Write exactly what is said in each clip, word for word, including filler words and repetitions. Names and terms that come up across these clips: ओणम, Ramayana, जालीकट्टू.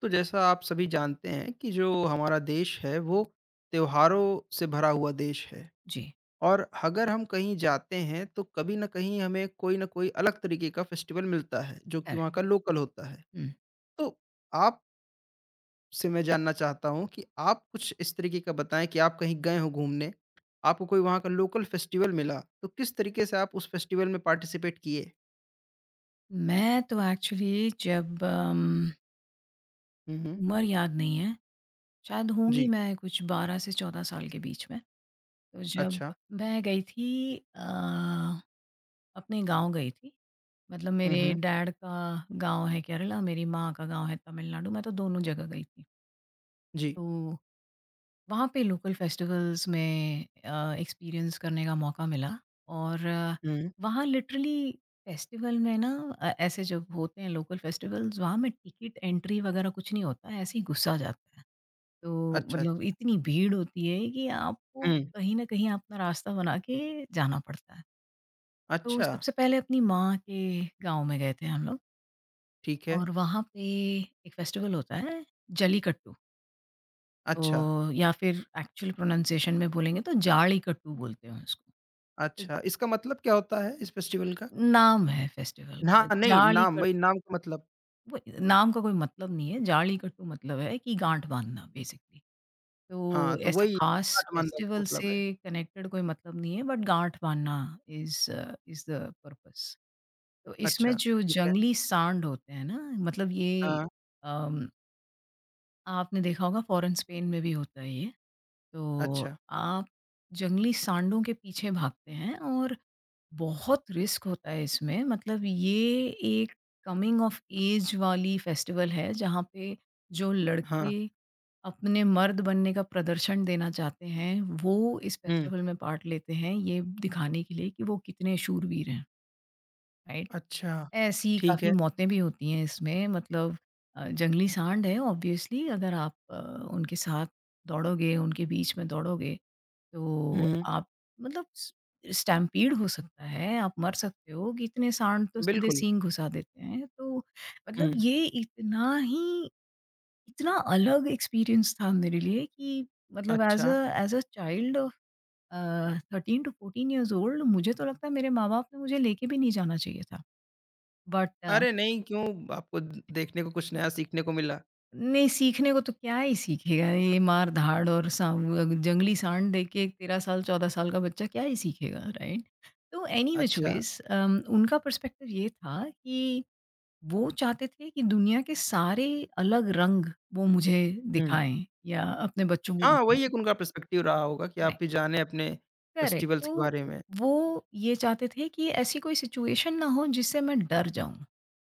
तो जैसा आप सभी जानते हैं कि जो हमारा देश है वो त्योहारों से भरा हुआ देश है। जी। और अगर हम कहीं जाते हैं तो कभी ना कहीं हमें कोई ना कोई अलग तरीके का फेस्टिवल मिलता है जो कि वहाँ करेक्ट। का लोकल होता है। हुँ। तो आप से मैं जानना चाहता हूँ कि आप कुछ इस तरीके का बताएं कि आप कहीं गए हो घूमने, आपको कोई वहाँ का लोकल फेस्टिवल मिला तो किस तरीके से आप उस फेस्टिवल में पार्टिसिपेट किए। मैं तो एक्चुअली जब अम, हम्म। उम्र याद नहीं है, शायद होंगी जी। मैं कुछ बारह से चौदह साल के बीच में। तो जब अच्छा। मैं गई थी अ, अपने गाँव गई थी। मतलब मेरे हम्म। डैड का गाँव है केरला, मेरी माँ का गाँव है तमिलनाडु, मैं तो दोनों जगह गई थी। जी। तो वहाँ पे लोकल फेस्टिवल्स में एक्सपीरियंस करने का मौका मिला और अ, हम्म। वहाँ लिटरली फेस्टिवल में ना, अ, ऐसे जब होते हैं लोकल फेस्टिवल्स वहाँ में टिकट एंट्री वगैरह कुछ नहीं होता है, ऐसे ही घुसा जाता है। तो अच्छा, मतलब अच्छा। इतनी भीड़ होती है कि आपको हम्म। कहीं ना कहीं अपना रास्ता बना के जाना पड़ता है। तो अच्छा। सबसे पहले अपनी माँ के गांव में गए थे हम लोग ठीक है। और वहाँ पे एक फेस्टिवल होता है, जलीकट्टू। अच्छा, तो या फिर एक्चुअल प्रोनंसिएशन में बोलेंगे तो जालीकट्टू बोलते हैं उसको। अ, अच्छा, इसका मतलब क्या होता है इस फेस्टिवल का? नाम है फेस्टिवल का हाँ, नहीं, नाम जालीकट। वही, नाम का मतलब। वो नाम का कोई मतलब नहीं है, जालीकट्टू मतलब है कि गाँठ बाँधना बेसिकली। हाँ, तो तो ऐसा वही ख़ास काठमांडू का फेस्टिवल मतलब से है। कनेक्टेड कोई मतलब नहीं है, बट गाँठ बाँधना इज़ इज़ द पर्पस। तो इसमें अच्छा, जो ठीक है। जंगली सांड होते हैं ना, मतलब ये हाँ, अम, आपने देखा होगा, फ़ॉरेन, स्पेन में भी होता है ये। तो अच्छा, आप जंगली सांडों के पीछे भागते हैं और बहुत रिस्क होता है इसमें। मतलब ये एक कमिंग ऑफ एज वाली फेस्टिवल है जहाँ पे जो हाँ, लड़के अपने मर्द बनने का प्रदर्शन देना चाहते हैं वो इस हुँ, फेस्टिवल में पार्ट लेते हैं, ये दिखाने के लिए कि वो कितने शूरवीर हैं, राइट? अच्छा, ऐसी ठीक काफ़ी है। मौतें भी होती हैं इसमें। मतलब अ, जंगली सांड है ऑब्वियसली, अगर आप अ, उनके साथ दौड़ोगे, उनके बीच में दौड़ोगे, तो हुँ, आप मतलब स स्टैम्पीड हो सकता है, आप मर सकते हो कि इतने सांड तो सीधे बिल्कुल, सींग घुसा देते हैं। तो हुँ, मतलब ये इतना ही, इतना अलग एक्सपीरियंस था मेरे लिए कि मतलब ऐज़ अच्छा। Uh as a child of a, thirteen to fourteen years old, मुझे तो लगता है मेरे माँ-बाप ने मुझे लेके भी नहीं जाना चाहिए था। बट अरे नहीं, क्यों, आपको द देखने को कुछ नया सीखने को मिला। नहीं, सीखने को तो क्या ही सीखेगा? ये मार-धाड़ और साव अ, जंगली साँड़ देख के तेरह साल, चौदह साल का बच्चा क्या ही सीखेगा, राइट? तो एनी व्हिच अच्छा, वेज़ अम, उनका पर्सपेक्टिव ये था कि वो चाहते थे कि दुनिया के सारे अलग रंग वो मुझे हुँ, दिखाएँ, या अपने बच्चों को हाँ, वही दिखाएँ, एक उनका पर्सपेक्टिव रहा होगा कि आप राइट? भी जानें अपने करेक्ट। फेस्टिवल्स के तो बारे में। वो ये चाहते थे कि ऐसी कोई सिचुएशन ना हो जिससे मैं डर जाऊँ।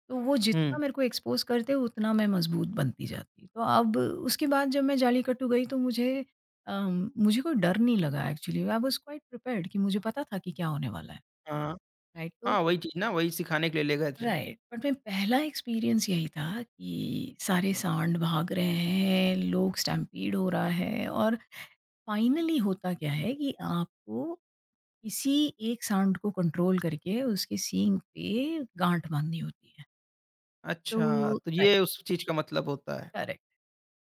तो वो जितना हुँ, मेरे को एक्सपोज़ करते, उतना मैं मज़बूत बनती जाती। तो अब उसके बाद जब मैं जालीकट्टू गई तो मुझे अम, मुझे कोई डर नहीं लगा। Actually I was quite prepared, कि मुझे पता था कि क्या होने वाला है, हाँ, राइट? तो हाँ, वही चीज़ ना, वही सिखाने के लिए ले गए थे। राइट, बट मैं पहला एक्सपीरियंस यही था कि सारे सांड भाग रहे हैं, लोग स्टैम्पीड हो रहा है, और फाइनली होता क्या है कि आपको किसी एक सांड को कंट्रोल करके उसके सींग पे गाँठ बाँधनी होती है। अच्छा, तो तो राइट, ये उस चीज़ का मतलब होता है। करेक्ट।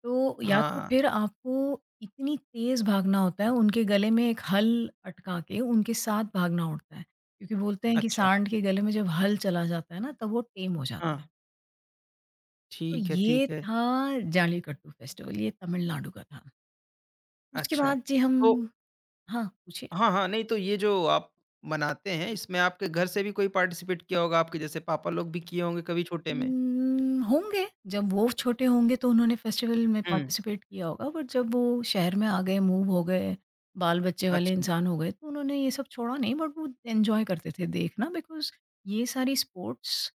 तो या तो हाँ, फिर आपको इतनी तेज़ भागना होता है, उनके गले में एक हल अटका के उनके साथ भागना होता है। क्योंकि बोलते हैं कि अच्छा, सांड के गले में जब हल चला जाता है ना, तब वो टेम हो हाँ, जाता है। तो ठीक है, ये ठीक है। था जालीकट्टू फेस्टिवल, ये तमिलनाडु का था। उसके अच्छा, बाद जी, हम तो हाँ, पूछिए। हाँ, हाँ, नहीं तो ये जो आप मनाते हैं, इसमें आपके घर से भी कोई पार्टिसिपेट किया होगा, आपके जैसे पापा लोग भी किए होंगे कभी छोटे में? उम्म, होंगे जब वो छोटे होंगे तो उन्होंने फेस्टिवल में हुँ, पार्टिसिपेट किया होगा, बट जब वो शहर में आ गए, मूव हो गए, बाल बच्चे वाले अच्छा, इंसान हो गए, तो उन्होंने ये सब छोड़ा नहीं, बट वो एंजॉय करते थे देखना, बिकॉज ये सारी स्पोर्ट्स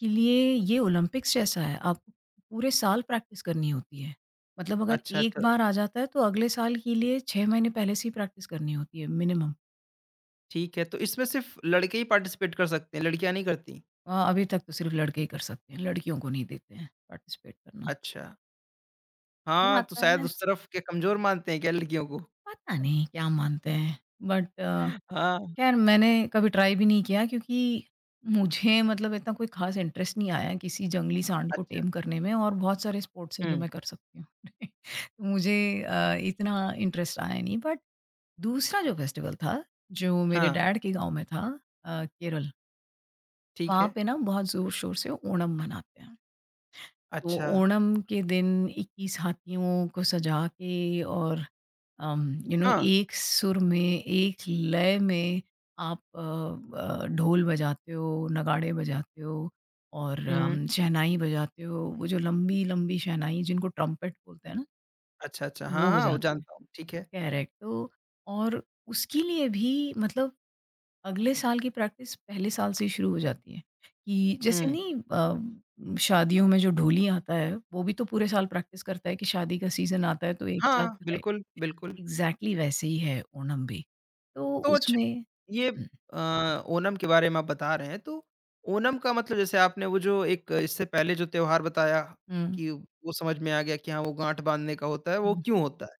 के लिए, ये ओलंपिक्स जैसा है, आपको पूरे साल प्रैक्टिस करनी होती है। मतलब अगर अच्छा, एक अच्छा, बार आ जाता है तो अगले साल के लिए छः महीने पहले से ही प्रैक्टिस करनी होती है मिनिमम। ठीक है, तो इसमें सिर्फ़ लड़के ही पार्टिसिपेट कर सकते हैं, लड़कियाँ नहीं करतीं? अभी तक तो सिर्फ लड़के ही कर सकते हैं, लड़कियों को नहीं देते हैं पार्टिसिपेट करना। अच्छा, फिर हाँ, तो आता शायद है, उस तरफ के कमज़ोर मानते हैं क्या लड़कियों को? पता नहीं क्या मानते हैं, बट अ, हाँ, खैर मैंने कभी ट्राई भी नहीं किया क्योंकि मुझे मतलब इतना कोई ख़ास इंटरेस्ट नहीं आया किसी जंगली सांड को अच्छा, टेम करने में, और बहुत सारे स्पोर्ट्स हैं जो हुँ, मैं कर सकती हूँ। तो मुझे अ, इतना इंटरेस्ट आया नहीं, बट दूसरा जो फेस्टिवल था, जो मेरे हाँ, डैड के गाँव में था, अ, केरल, ठीक वहाँ है, पे ना बहुत ज़ोर-शोर से ओणम मनाते हैं। तो अच्छा, ओणम के दिन इक्कीस हाथियों को सजा के और यू नो हाँ, एक सुर में एक लय में आप अ, अ, ढोल बजाते हो, नगाड़े बजाते हो, और हुँ। अम, शहनाई बजाते हो, वो जो लंबी लंबी शहनाई जिनको ट्रम्पेट बोलते हैं ना, अच्छा, अच्छा। हाँ, वो हाँ, वो बजाते हैं। जानता हूँ। ठीक है। कैरेक्ट। तो और उसके लिए भी मतलब अगले साल की प्रैक्टिस पहले साल से ही शुरू हो जाती है। कि जैसे हुँ। नहीं अ, शादियों में जो ढोली आता है वो भी तो पूरे साल प्रैक्टिस करता है कि शादी का सीजन आता है तो एक साथ, हाँ, बिल्कुल, बिल्कुल। एग्ज़ैक्टली वैसे ही है ओणम भी। तो तो अच्छा, उसमें ये हुँ, अ, ओणम के बारे में आप बता रहे हैं, तो ओणम का मतलब जैसे आपने वो जो एक इससे पहले जो त्योहार बताया हुँ। कि वो समझ में आ गया कि हाँ, वो गाँठ बाँधने का होता है, वो हुँ, क्यों होता है।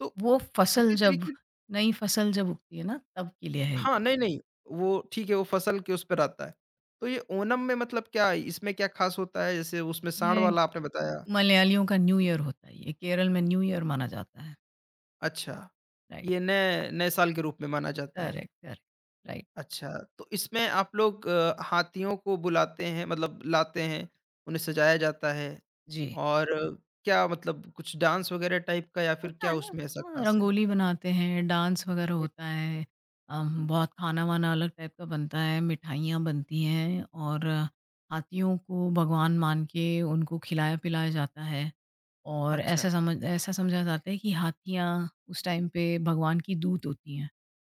तो वो फ़सल उसी जब, तरीके। नई फ़सल जब उगती है ना, तब के लिए है ये। हाँ, नहीं, नहीं, वो ठीक है, वो फसल के उस पर आता है। तो ये ओणम में मतलब क्या, इसमें क्या ख़ास होता है? जैसे उसमें साँड़ ये वाला आपने बताया। मलयालियों का न्यू ईयर होता है ये, केरल में न्यू ईयर माना जाता है। अच्छा, राइट। ये नए नए साल के रूप में माना जाता है। Correct, correct, right. अच्छा, तो इसमें आप लोग अ, हाथियों को बुलाते हैं, मतलब लाते हैं, उन्हें सजाया जाता है। जी। और अ, क्या मतलब कुछ डांस वगैरह टाइप का या फिर होता है क्या ना। उसमें ऐसा हाँ, ख़ास है? रंगोली बनाते हैं, डांस वगैरह हुँ। होता है। अम, बहुत खाना-वाना अलग टाइप का बनता है, मिठाइयाँ बनती हैं, और हाथियों को भगवान मान के उनको खिलाया-पिलाया जाता है। और ऐसा अच्छा, समझ ऐसा समझा जाता है कि हाथियाँ उस टाइम पे भगवान की दूत होती हैं,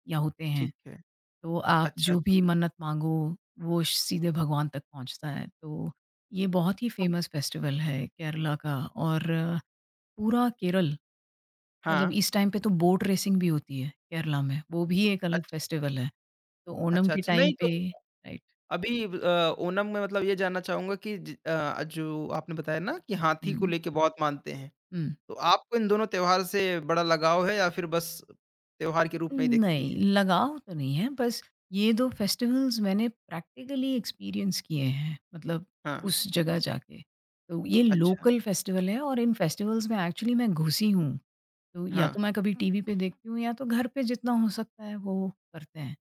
या होते हैं। ठीक है। तो आप अच्छा, जो भी अच्छा, मन्नत माँगो, वो श- सीधे भगवान तक पहुँचता है। तो ये बहुत ही तो फ़ेमस फेस्टिवल है केरला का, और पूरा केरल, मतलब हाँ, इस टाइम पे तो बोट रेसिंग भी होती है केरला में, वो भी एक अलग अच्छा, फेस्टिवल है। तो ओणम अच्छा, के अच्छा, टाइम नहीं तो पे राइट। अभी अ, ओणम में मतलब ये जानना चाहूँगा कि ज अ, जो आपने बताया ना कि हाथी को हुँ, लेके बहुत मानते हैं, हुँ। तो आपको इन दोनों त्योहार से बड़ा लगाव है या फिर बस त्योहार के रूप में ही देखती नहीं, हैं? लगाव तो नहीं है, बस ये दो फेस्टिवल्स मैंने प्रैक्टिकली एक्सपीरियंस किए हैं, मतलब हाँ, उस जगह जाके। तो ये अच्छा, लोकल फेस्टिवल है और इन फेस्टिवल्स में एक्चुअली मैं घुसी हूँ। तो या हाँ, तो मैं कभी टीवी पे देखती हूँ, या तो घर पे जितना हो सकता है वो करते हैं।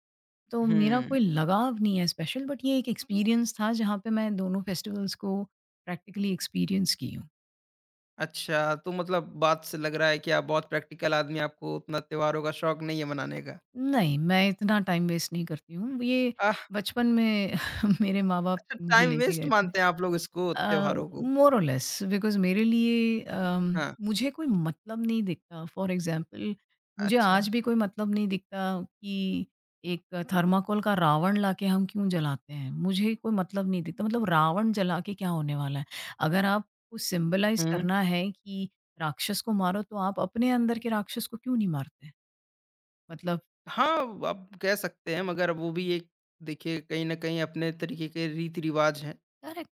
तो मेरा हुँ। कोई लगाव नहीं है स्पेशल, बट ये एक एक्सपीरियंस था जहाँ पे मैं दोनों फेस्टिवल्स को प्रैक्टिकली एक्सपीरियंस की हूँ। अच्छा, तो मतलब बात से लग रहा है कि आप बहुत प्रैक्टिकल आदमी, आपको उतना त्योहारों का शौक नहीं है मनाने का। नहीं, मैं इतना टाइम वेस्ट नहीं करती हूँ। ये आह! बचपन में मेरे माँ-बाप अच्छा, मुझे टाइम लेके वेस्ट गए थे। मानते हैं आप लोग इसको, त्योहारों को। मोर और लेस, बिकॉज़ मेरे लिए अम, हाँ, मुझे कोई मतलब नहीं दिखता। फॉर एग्ज़ाम्पल, मुझे अच्छा। आज भी कोई मतलब नहीं दिखता कि एक थर्माकोल का रावण लाके हम क्यों जलाते हैं? मुझे कोई मतलब नहीं दिखता, मतलब रावण जला के क्या होने वाला है? अगर आपको सिम्बलाइज़ हुँ। करना है कि राक्षस को मारो, तो आप अपने अंदर के राक्षस को क्यों नहीं मारते? मतलब हाँ, आप कह सकते हैं मगर वो भी एक, देखिए कहीं न कहीं अपने तरीके के रीति-रिवाज हैं, करेक्ट।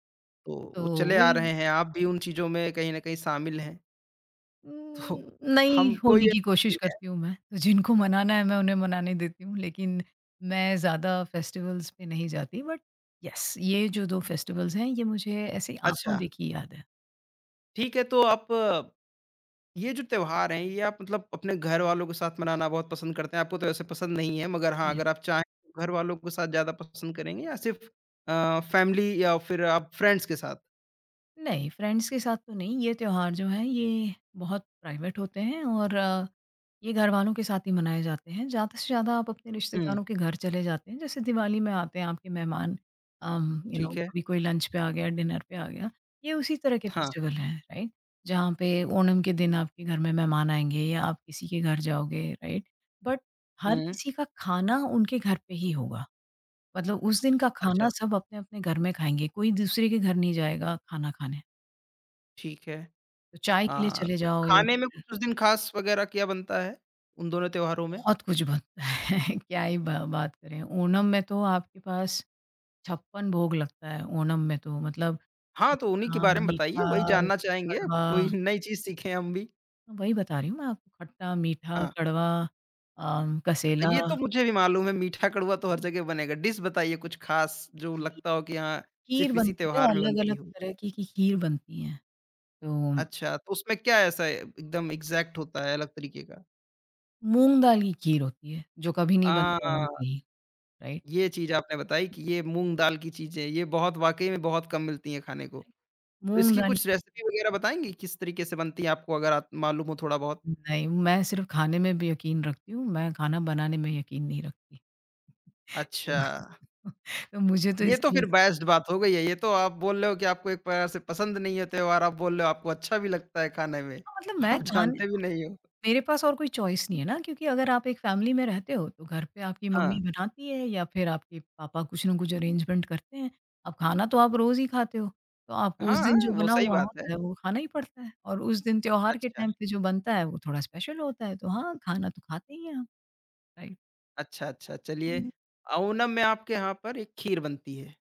तो तो वो चले आ वही रहे हैं, आप भी उन चीज़ों में कहीं न कहीं शामिल हैं, तो उम, नहीं हमको होने ये की कोशिश नहीं है। करती हूँ मैं, तो जिनको मनाना है मैं उन्हें मनाने देती हूँ, लेकिन मैं ज़्यादा फेस्टिवल्स पे नहीं जाती, बट येस, ये जो दो फेस्टिवल्स हैं ये मुझे ऐसे अच्छा, आँखों देखी याद है। ठीक है तो आप, ये जो त्योहार हैं, ये आप मतलब अपने घर वालों के साथ मनाना बहुत पसंद करते हैं। आपको तो वैसे पसंद नहीं है, मगर हाँ, जी। अगर आप चाहें तो घर वालों के साथ ज़्यादा पसंद करेंगे या सिर्फ़ अ, फैमिली या फिर आप फ्रेंड्स के साथ? नहीं, फ्रेंड्स के साथ तो नहीं, ये त्योहार जो हैं ये बहुत प्राइवेट होते हैं, और अ, ये घरवालों के साथ ही मनाए जाते हैं। ज़्यादा से ज़्यादा आप अपने हुँ। रिश्तेदारों के घर चले जाते हैं, जैसे दिवाली में आते हैं आपके मेहमान, अम, यू नो ठीक है। कभी कोई लंच पे आ गया, डिनर पे आ गया। ये उसी तरह के हाँ। फेस्टिवल हैं, राइट? जहाँ पे ओणम के दिन आपके घर में मेहमान आएँगे या आप किसी के घर जाओगे, राइट? बट हर हुँ। किसी का खाना उनके घर पे ही होगा। मतलब उस दिन का अच्छा, खाना सब अपने-अपने घर में खाएँगे, कोई दूसरे के घर नहीं जाएगा खाना खाने। ठीक है। तो चाय के लिए अ, चले तो जाओ या खाने में फिर कुछ उस दिन ख़ास वग़ैरह क्या बनता है, उन दोनों त्योहारों में? बहुत कुछ बनता है। क्या ही ब बात करें। ओणम में तो आपके पास छप्पन भोग लगता है ओणम में तो, मतलब हाँ, तो उन्हीं के खट्टा, बारे में बताइए, वही मीठा, जानना चाहेंगे। कड़वा, कोई नई चीज़ सीखें हम भी। वही बता रही हूँ मैं आपको, खट्टा, मीठा, हाँ। कड़वा, अम, कसेला, ये तो मुझे भी मालूम है, मीठा कड़वा तो हर जगह बनेगा। डिश बताइए कुछ ख़ास जो खीर लगता हो कि हाँ, खीर सिर्फ़ इसी बनती है, त्योहार में बनती अलग-अलग हो? तरह की की खीर बनती है। तो अच्छा, तो उसमें क्या ऐसा है, एकदम एग्ज़ैक्ट होता है अलग तरीके का? मूँग दाल की खीर होती है, जो कभी नहीं अ, बनता और कहीं, राइट? ये चीज़ आपने बताई कि ये मूँग दाल की चीज़ें, ये बहुत वाक़ई में बहुत कम मिलती हैं खाने को। तो मूँग इसकी दाल कुछ रेसिपी वग़ैरह बताएँगी किस तरीके से बनती है आपको अगर आप मालूम हो थोड़ा बहुत? नहीं, मैं सिर्फ़ खाने में भी यकीन रखती हूँ, मैं खाना बनाने में यकीन नहीं रखती। अच्छा, तो मुझे तो ये तो इसकी फिर बेस्ट रेसिपी नहीं बात हो पता। गई है। ये तो आप बोल रहे हो कि आपको एक प्रकार से पसंद नहीं है त्योहार, आप बोल रहे हो आपको अच्छा भी लगता है खाने में। हाँ, मतलब मैं आप खाने जानते भी नहीं हो। मेरे पास और कोई चॉइस नहीं है ना, क्योंकि अगर आप एक फैमिली में रहते हो तो घर पे आपकी हाँ। मम्मी बनाती है या फिर आपके पापा कुछ ना कुछ अरेंजमेंट करते हैं। अब खाना तो आप रोज़ ही खाते हो, तो आपको उस हाँ, दिन जो वो बना सही हुआ बात है। होता है वो खाना ही पड़ता है, और उस दिन त्योहार के अच्छा, टाइम पे जो बनता है वो थोड़ा स्पेशल होता है, तो हाँ, खाना तो खाते ही हैं हम। अच्छा, अच्छा। चलिए, राइट। ओणम में आपके यहाँ पर एक खीर बनती है,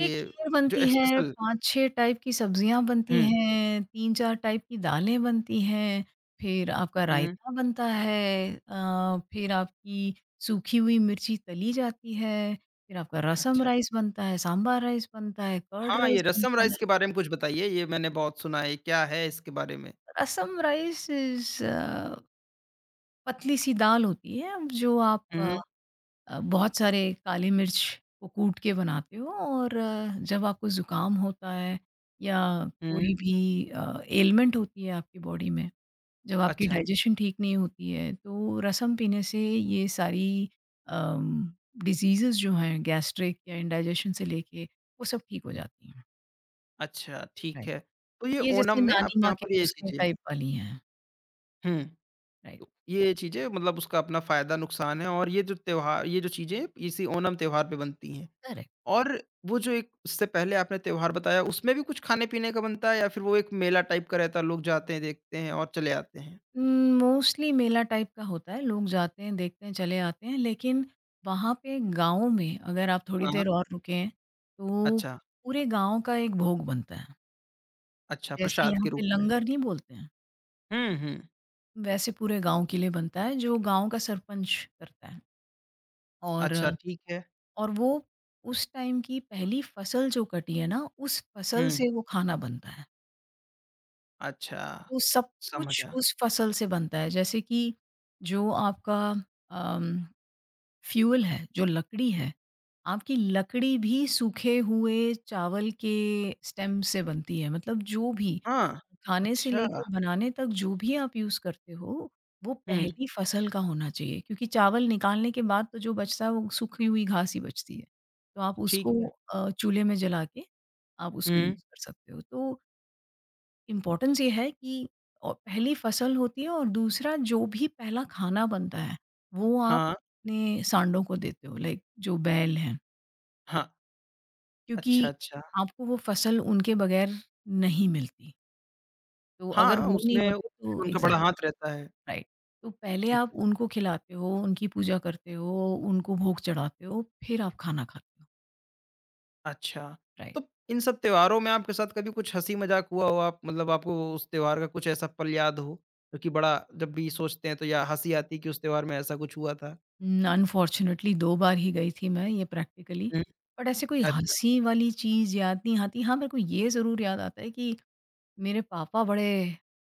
एक खीर बनती जो है, स्पेशल, पाँच छह टाइप की सब्जियाँ बनती हुँ, हैं, तीन चार टाइप की दालें बनती हैं, फिर आपका हुँ। रायता बनता है, अ, फिर आपकी सूखी हुई मिर्ची तली जाती है, फिर आपका रसम अच्छा। राइस बनता है, सांभर राइस बनता है, कर्ड हाँ, ये राइस रसम बनता राइस के है। बारे में कुछ बताइए, ये मैंने बहुत सुना है, ये क्या है इसके बारे में? रसम राइस इज़ अ, पतली-सी दाल होती है, जो आप हुँ, अ, बहुत सारे काली मिर्च को कूट के बनाते हो, और अ, जब आपको ज़ुकाम होता है, या हुँ। कोई भी अ, एलिमेंट होती है आपकी बॉडी में, जब आपकी अच्छा, डाइजेशन ठीक नहीं होती है, तो रसम पीने से ये सारी अम, डिसीज़ेज़ जो हैं गैस्ट्रिक या इंडाइजेशन से लेके, वो सब ठीक हो जाती हैं। अच्छा, ठीक राइट। है। तो ये ये ओणम जैसे में नानी आपके माँ यहाँ के पर ये नुस्खे चीज़ें, टाइप वाली हैं। Hmm, right. तो ये चीज़ें मतलब उसका अपना फ़ायदा नुकसान है और ये जो त्योहार, ये जो चीज़ें इसी ओणम त्योहार पे बनती हैं। करेक्ट। और वो जो एक उससे पहले आपने त्योहार बताया, उसमें भी कुछ खाने-पीने का बनता है या फिर वो एक मेला टाइप का रहता है, लोग जाते हैं, देखते हैं और चले आते हैं? मोस्टली मेला टाइप का होता है, लोग जाते हैं, देखते हैं, चले आते हैं, लेकिन वहाँ पे गाँव में अगर आप थोड़ी हाँ, हाँ। देर और रुकें तो अच्छा, पूरे गाँव का एक भोग बनता है। अच्छा, जैसे प्रसाद यहाँ के पे रूप में। लंगर नहीं बोलते हैं, हुँ, हुँ। वैसे पूरे गाँव के लिए बनता है, जो गाँव का सरपंच करता है। अच्छा, और ठीक है। और वो उस टाइम की पहली फसल जो कटी है ना, उस हुँ, फसल से वो खाना बनता है। अच्छा, तो सब कुछ समझा। उस फसल से बनता है, जैसे कि जो आपका फ्यूल है, जो लकड़ी है, आपकी लकड़ी भी सूखे हुए चावल के स्टेम से बनती है। मतलब जो भी हाँ, खाने से अच्छा। लेके बनाने तक जो भी आप यूज़ करते हो, वो हुँ, पहली फसल का होना चाहिए, क्योंकि चावल निकालने के बाद तो जो बचता है वो सूखी हुई घास ही बचती है। तो आप उसको ठीक है। अ, चूल्हे में जला के, आप उसको हुँ, यूज़ कर सकते हो। तो इम्पोर्टेंस ये है कि औ पहली फसल होती है, और दूसरा जो भी पहला खाना बनता है, वो आप हाँ, अपने सांडों को देते हो, लाइक जो बैल हैं, हाँ। अच्छा, क्योंकि अच्छा। आपको वो फसल उनके बगैर नहीं मिलती। तो अगर हाँ, वो नहीं उसमें होते तो उसमें उनका बड़ा एग्ज़ैक्ट हाथ रहता है। राइट। तो पहले ठीक आप है। उनको खिलाते हो, उनकी पूजा करते हो, उनको भोग चढ़ाते हो, फिर आप खाना खाते हो। अच्छा, तो राइट। इन सब त्योहारों में आपके साथ कभी कुछ हँसी-मज़ाक हुआ हो, आप मतलब आपको उस त्योहार का कुछ ऐसा पल याद हो, जो कि बड़ा जब भी सोचते हैं तो या हँसी आती है कि उस त्योहार में ऐसा कुछ हुआ था? न अनफॉर्च्युनेटली दो बार ही गई थी मैं ये प्रैक्टिकली। हुँ। बट ऐसे कोई अच्छा, हँसी वाली चीज़ याद नहीं आती। हाँ, मेरे को ये ज़रूर याद आता है कि मेरे पापा बड़े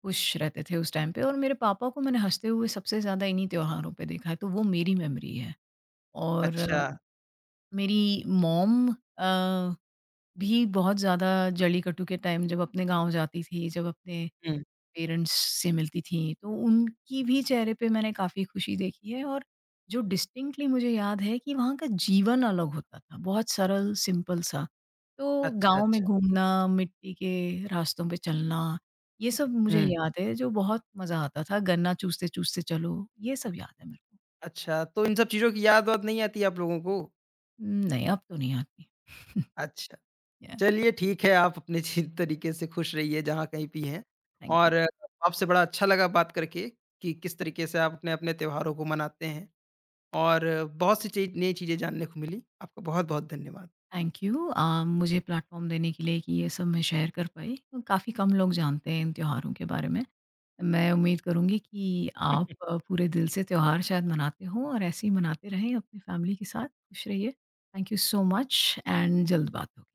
खुश रहते थे उस टाइम पे, और मेरे पापा को मैंने हँसते हुए सबसे ज़्यादा इन्हीं त्योहारों पे देखा है, तो वो मेरी मेमोरी है। और अच्छा। अ, मेरी मॉम अ, भी बहुत ज़्यादा जल्लीकट्टू के टाइम जब अपने गाँव जाती थी, जब अपने हुँ। पेरेंट्स से मिलती थीं, तो उनकी भी चेहरे पे मैंने काफ़ी खुशी देखी है। और जो डिस्टिंक्टली मुझे याद है कि वहाँ का जीवन अलग होता था, बहुत सरल, सिंपल सा। तो अच्छा, गाँव में अच्छा। घूमना, मिट्टी के रास्तों पे चलना, ये सब मुझे हुँ। याद है, जो बहुत मज़ा आता था, गन्ना चूसते-चूसते चलो, ये सब याद है मेरे को। अच्छा, तो इन सब चीज़ों की याद-वाद नहीं आती आप लोगों को? नहीं, अब तो नहीं आती। अच्छा, या चलिए ठीक है आप अपने जी तरीके से खुश रहिए जहाँ कहीं भी हैं। Thank you. और आपसे बड़ा अच्छा लगा बात करके कि किस तरीके से आप अपने-अपने त्योहारों को मनाते हैं। और बहुत सी चीज़, नई चीज़ें जानने को मिली। आपका बहुत-बहुत धन्यवाद। थैंक यू अ, मुझे प्लेटफ़ॉर्म देने के लिए कि ये सब मैं शेयर कर पाई। काफ़ी कम लोग जानते हैं इन त्योहारों के बारे में। मैं उम्मीद करूँगी कि आप अ, पूरे दिल से त्योहार शायद मनाते हों और ऐसे ही मनाते रहें अपनी फैमिली के साथ। खुश रहिए। Thank you so much and जल्द बात होगी।